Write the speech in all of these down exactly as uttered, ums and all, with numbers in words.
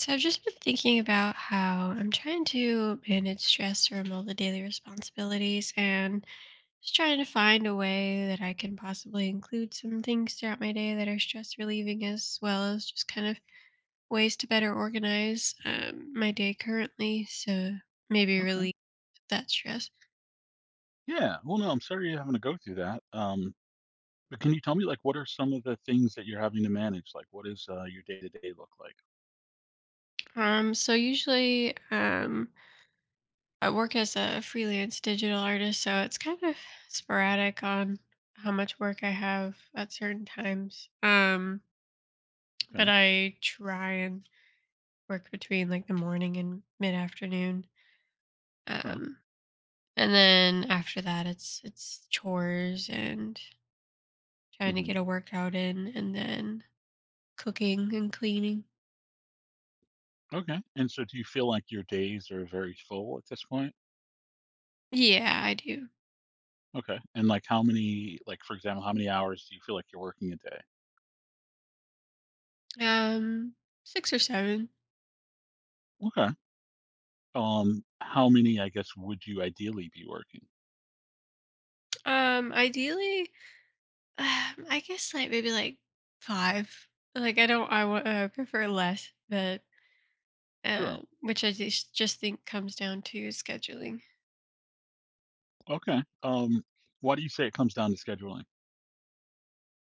So I've just been thinking about how I'm trying to manage stress from all the daily responsibilities, and just trying to find a way that I can possibly include some things throughout my day that are stress relieving, as well as just kind of ways to better organize um, my day currently. So maybe Okay. relieve that stress. Yeah. Well, no, I'm sorry you're having to go through that. Um, but can you tell me, like, what are some of the things that you're having to manage? Like, what is uh, your day to day look like? Um, so usually um, I work as a freelance digital artist, so it's kind of sporadic on how much work I have at certain times. Um, but Okay. I try and work between like the morning and mid afternoon. Okay. Um, and then after that, it's it's chores and trying to Hmm. get a workout in, and then cooking and cleaning. Okay. And so, do you feel like your days are very full at this point? Yeah, I do. Okay. And like, how many, like, for example, how many hours do you feel like you're working a day? Um, Six or seven. Okay. Um, how many, I guess, would you ideally be working? Um, ideally, um, I guess like maybe like five. Like I don't, I wa- uh, prefer less, but Sure. um, which I just just think comes down to scheduling. Okay. Um, why do you say it comes down to scheduling?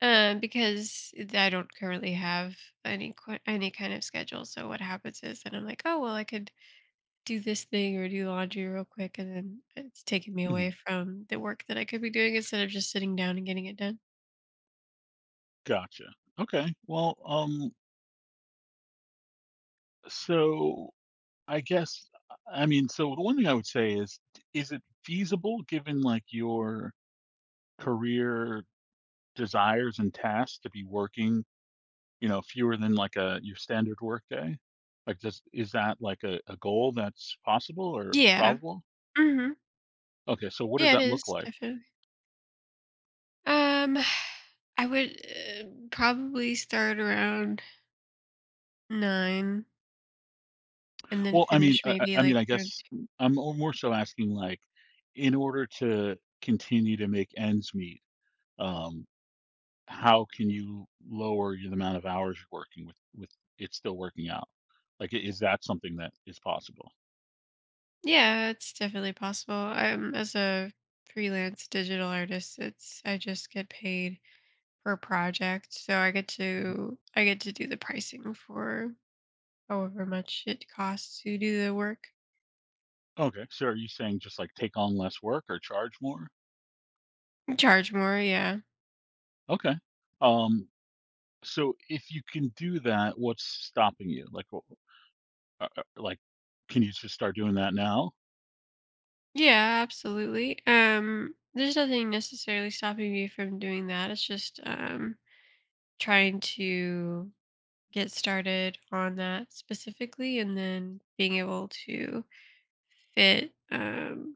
Uh, because I don't currently have any qu- any kind of schedule. So what happens is that I'm like, oh well, I could do this thing or do laundry real quick, and then it's taking me away Mhm. from the work that I could be doing instead of just sitting down and getting it done. Gotcha. Okay. Well, um, so I guess, I mean, so the one thing I would say is, is it feasible given like your career desires and tasks to be working, you know, fewer than like a your standard work day? Like, does is that like a, a goal that's possible or Yeah. probable? hmm Okay, so what does Yeah, it that look is like? definitely. Um, I would uh, probably start around nine and then Well, I mean, finish I, I maybe I mean, like I around. guess I'm more more so asking like, in order to continue to make ends meet, um, how can you lower the amount of hours you're working with with it still working out? Like, i- is that something that is possible? Yeah, it's definitely possible. Um, as a freelance digital artist, it's I just get paid per project, so I get Mhm. to I get to do the pricing for however much it costs to do the work. Okay. So are you saying just like take on less work or charge more? Charge more, yeah, Okay. Um, so if you can do that, what's stopping you? Like, wh- uh, uh, like, can you just start doing that now? yeah, absolutely. Um, there's nothing necessarily stopping me from doing that. It's just um trying to get started on that specifically, and then being able to fit um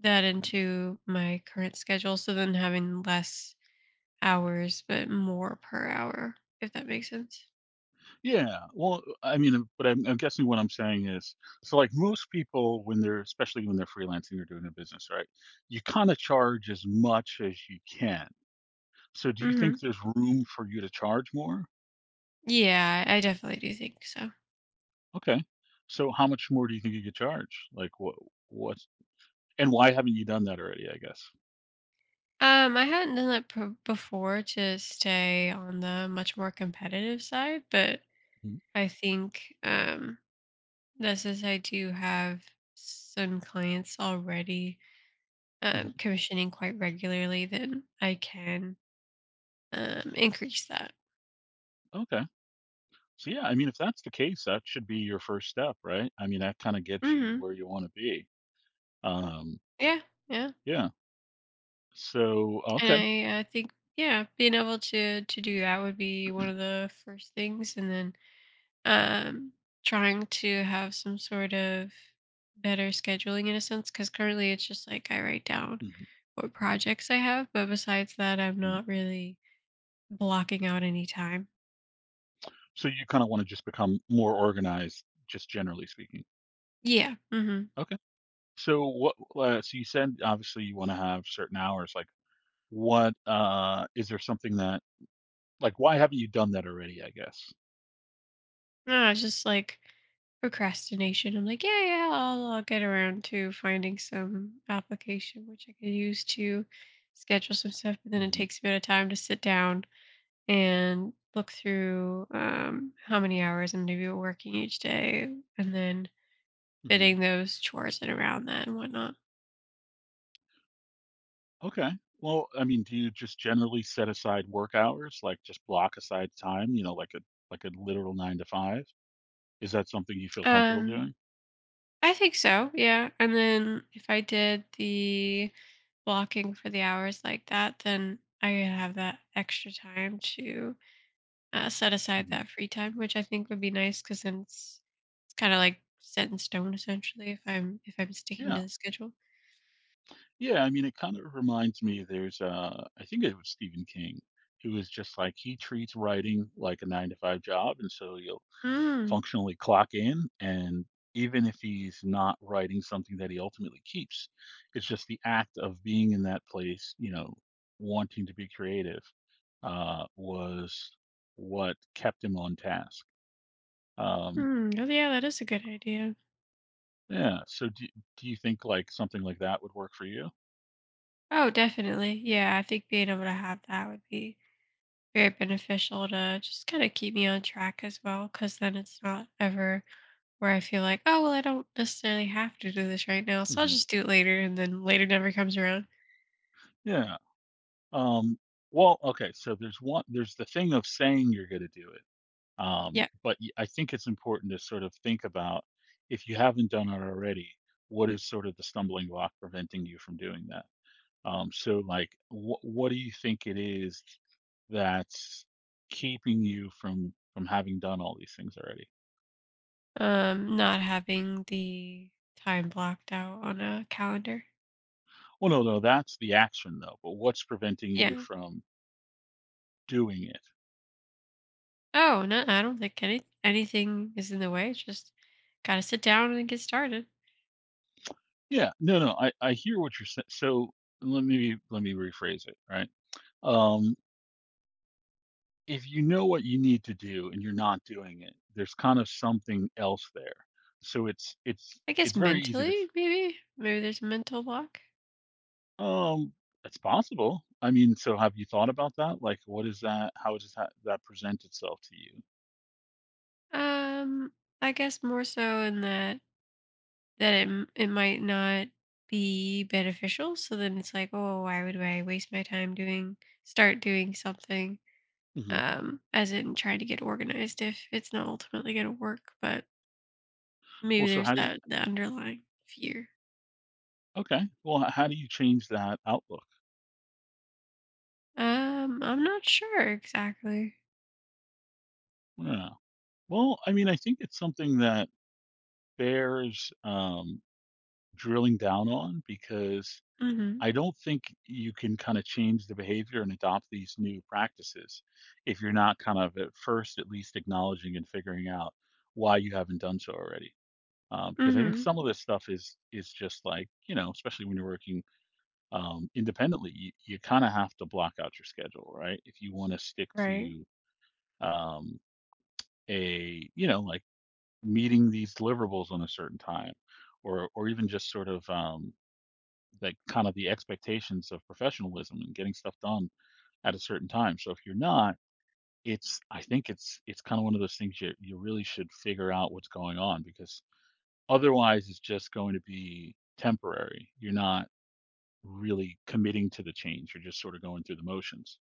that into my current schedule. So then having less hours, but more per hour, if that makes sense. Yeah. Well, I mean, uh, but I'm, I'm guessing what I'm saying is, so like most people, when they're, especially when they're freelancing or doing a business, right? You kind of charge as much as you can. So do you think Hmm there's room for you to charge more? Yeah, I definitely do think so. Okay. So how much more do you think you could charge? Like what what, and why haven't you done that already, I guess? Um, I hadn't done that pro- before to stay on the much more competitive side, but Mhm. I think um, that since I do have some clients already uh, Mhm. commissioning quite regularly, then I can um, increase that. Okay. So yeah, I mean if that's the case, that should be your first step, right? I mean that kind of gets you Hmm where you want to be. Um Yeah, yeah. yeah. So okay. I I think, yeah, being able to to do that would be one of the first things, and then um, trying to have some sort of better scheduling in a sense, because currently it's just like I write down Mhm. what projects I have, but besides that, I'm Mhm. not really blocking out any time. So you kind of want to just become more organized just generally speaking. Yeah. hmm Okay. So what uh, so you said obviously you want to have certain hours, like what uh is there something that like, why haven't you done that already, I guess? No, it's just like procrastination. I'm like, yeah, yeah, I'll, I'll get around to finding some application which I can use to schedule some stuff. But then it Mhm, takes a bit of time to sit down and look through um, how many hours I'm going to be working each day, and then mhm. fitting those chores in around that and whatnot. Okay. Well, I mean, do you just generally set aside work hours? Like, just block aside time, you know, like a like a literal nine to five? Is that something you feel comfortable Um, doing? I think so, yeah. And then if I did the blocking for the hours like that, then I have that extra time to uh, set aside Mhm. that free time, which I think would be nice, because then it's, it's kind of like set in stone essentially. If I'm if I'm sticking to Yeah. the schedule. Yeah, I mean, it kind of reminds me there's, uh I think it was Stephen King, who was just like, he treats writing like a nine to five job, and so you'll Mm, functionally clock in and even if he's not writing something that he ultimately keeps, it's just the act of being in that place you know wanting to be creative, uh was what kept him on task. um mm, oh yeah, that is a good idea. yeah. So do, do you think like something like that would work for you? Oh, definitely. Yeah, I think being able to have that would be very beneficial to just kind of keep me on track as well. Because then it's not ever where I feel like, oh well, I don't necessarily have to do this right now, so I'll Hmm. just do it later, and then later never comes around. Yeah. um well, okay, so there's one there's the thing of saying you're going to do it. Um, Yeah. but y- I think it's important to sort of think about, if you haven't done it already, what is sort of the stumbling block preventing you from doing that? Um, so, like, wh- what do you think it is that's keeping you from from having done all these things already? Um, not having the time blocked out on a calendar. Well, no, no, that's the action though. But what's preventing you Yeah. from doing it? Oh, no, I don't think any anything is in the way. It's just gotta sit down and get started. Yeah, no, no, I I hear what you're saying. So let me let me rephrase it. Right. Um, if you know what you need to do and you're not doing it, there's kind of something else there. So it's it's I guess it's very easy to. mentally, maybe. Maybe there's a mental block. um it's possible. I mean, so have you thought about that? Like what is that how does that that present itself to you? Um, I guess more so in that that it m- it might not be beneficial. So then it's like, oh, why would I waste my time doing, start doing something? Hmm. Um, as in trying to get organized if it's not ultimately gonna work. But maybe Well, so there's how do you that, the underlying fear. okay. Well, h- how do you change that outlook? Um, I'm not sure exactly. Yeah. Well, I mean, I think it's something that bears um drilling down on because Mhm. I don't think you can kind of change the behavior and adopt these new practices if you're not kind of at first at least acknowledging and figuring out why you haven't done so already. Um, because I think Mhm. some of this stuff is is just like, you know, especially when you're working um, independently, you, you kind of have to block out your schedule, right? If you want to stick Right. to um, a you know like meeting these deliverables on a certain time, or or even just sort of um, like kind of the expectations of professionalism and getting stuff done at a certain time. So if you're not, it's I think it's it's kind of one of those things you you really should figure out what's going on because otherwise it's just going to be temporary. You're not really committing to the change. You're just sort of going through the motions.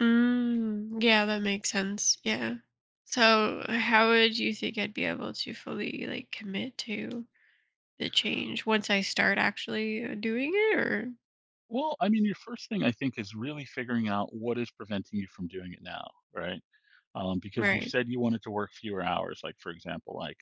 Mm, yeah, that makes sense. Yeah. So, how would you think I'd be able to fully like commit to the change once I start actually uh, doing it or Well, I mean, your first thing I think is really figuring out what is preventing you from doing it now, right? Um, because you right. said you wanted to work fewer hours, like for example, like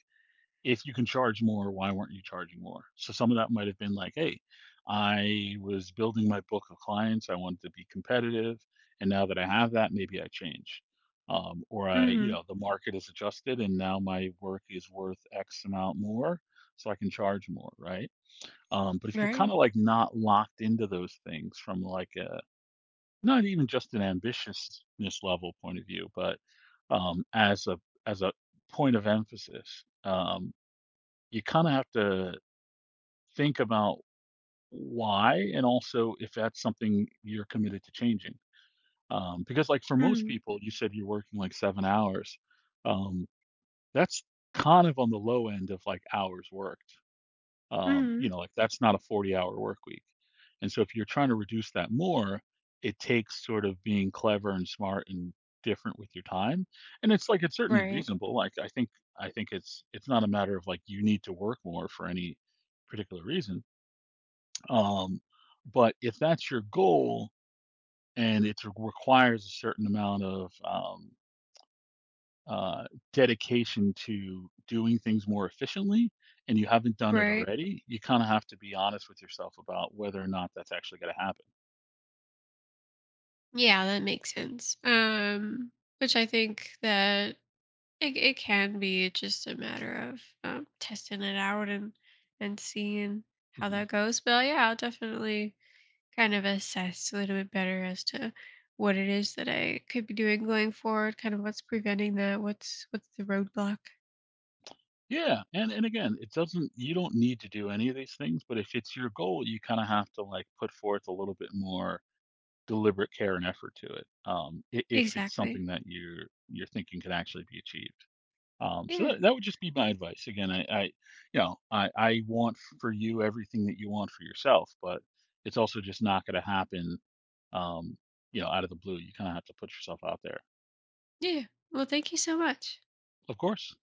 if you can charge more, why weren't you charging more? So some of that might have been like, hey, I was building my book of clients. I wanted to be competitive. And now that I have that, maybe I change. Um, or I, you Mhm. know, the market is adjusted and now my work is worth X amount more. So I can charge more, right? Um, but if you're Right. kind of like not locked into those things from like a, not even just an ambitiousness level point of view, but um, as a as a point of emphasis, um, you kind of have to think about why and also if that's something you're committed to changing. Um, because, like, for most Mhm. people, you said you're working like seven hours. Um, that's kind of on the low end of like hours worked. Um, you Mhm. know, like that's not a forty-hour work week. And so if you're trying to reduce that more, it takes sort of being clever and smart and different with your time. And it's like it's certainly Right. reasonable. Like I think I think it's it's not a matter of like you need to work more for any particular reason. Um, but if that's your goal and it requires a certain amount of um, uh, dedication to doing things more efficiently and you haven't done it Right. already, you kind of have to be honest with yourself about whether or not that's actually going to happen. Yeah, that makes sense. Um which I think that it it can be just a matter of um, testing it out and and seeing how Hmm. that goes. But yeah, I'll definitely kind of assess a little bit better as to what it is that I could be doing going forward, kind of what's preventing that, what's what's the roadblock. Yeah, and and again, it doesn't you don't need to do any of these things, but if it's your goal, you kind of have to like put forth a little bit more deliberate care and effort to it. Um, i- if it's something Exactly. that you're you're thinking could actually be achieved. Um, so Yeah. that, that would just be my advice. Again, I, I, you know, I, I want for you everything that you want for yourself, but it's also just not going to happen, um, you know, out of the blue. You kind of have to put yourself out there. Yeah. Well, thank you so much. Of course.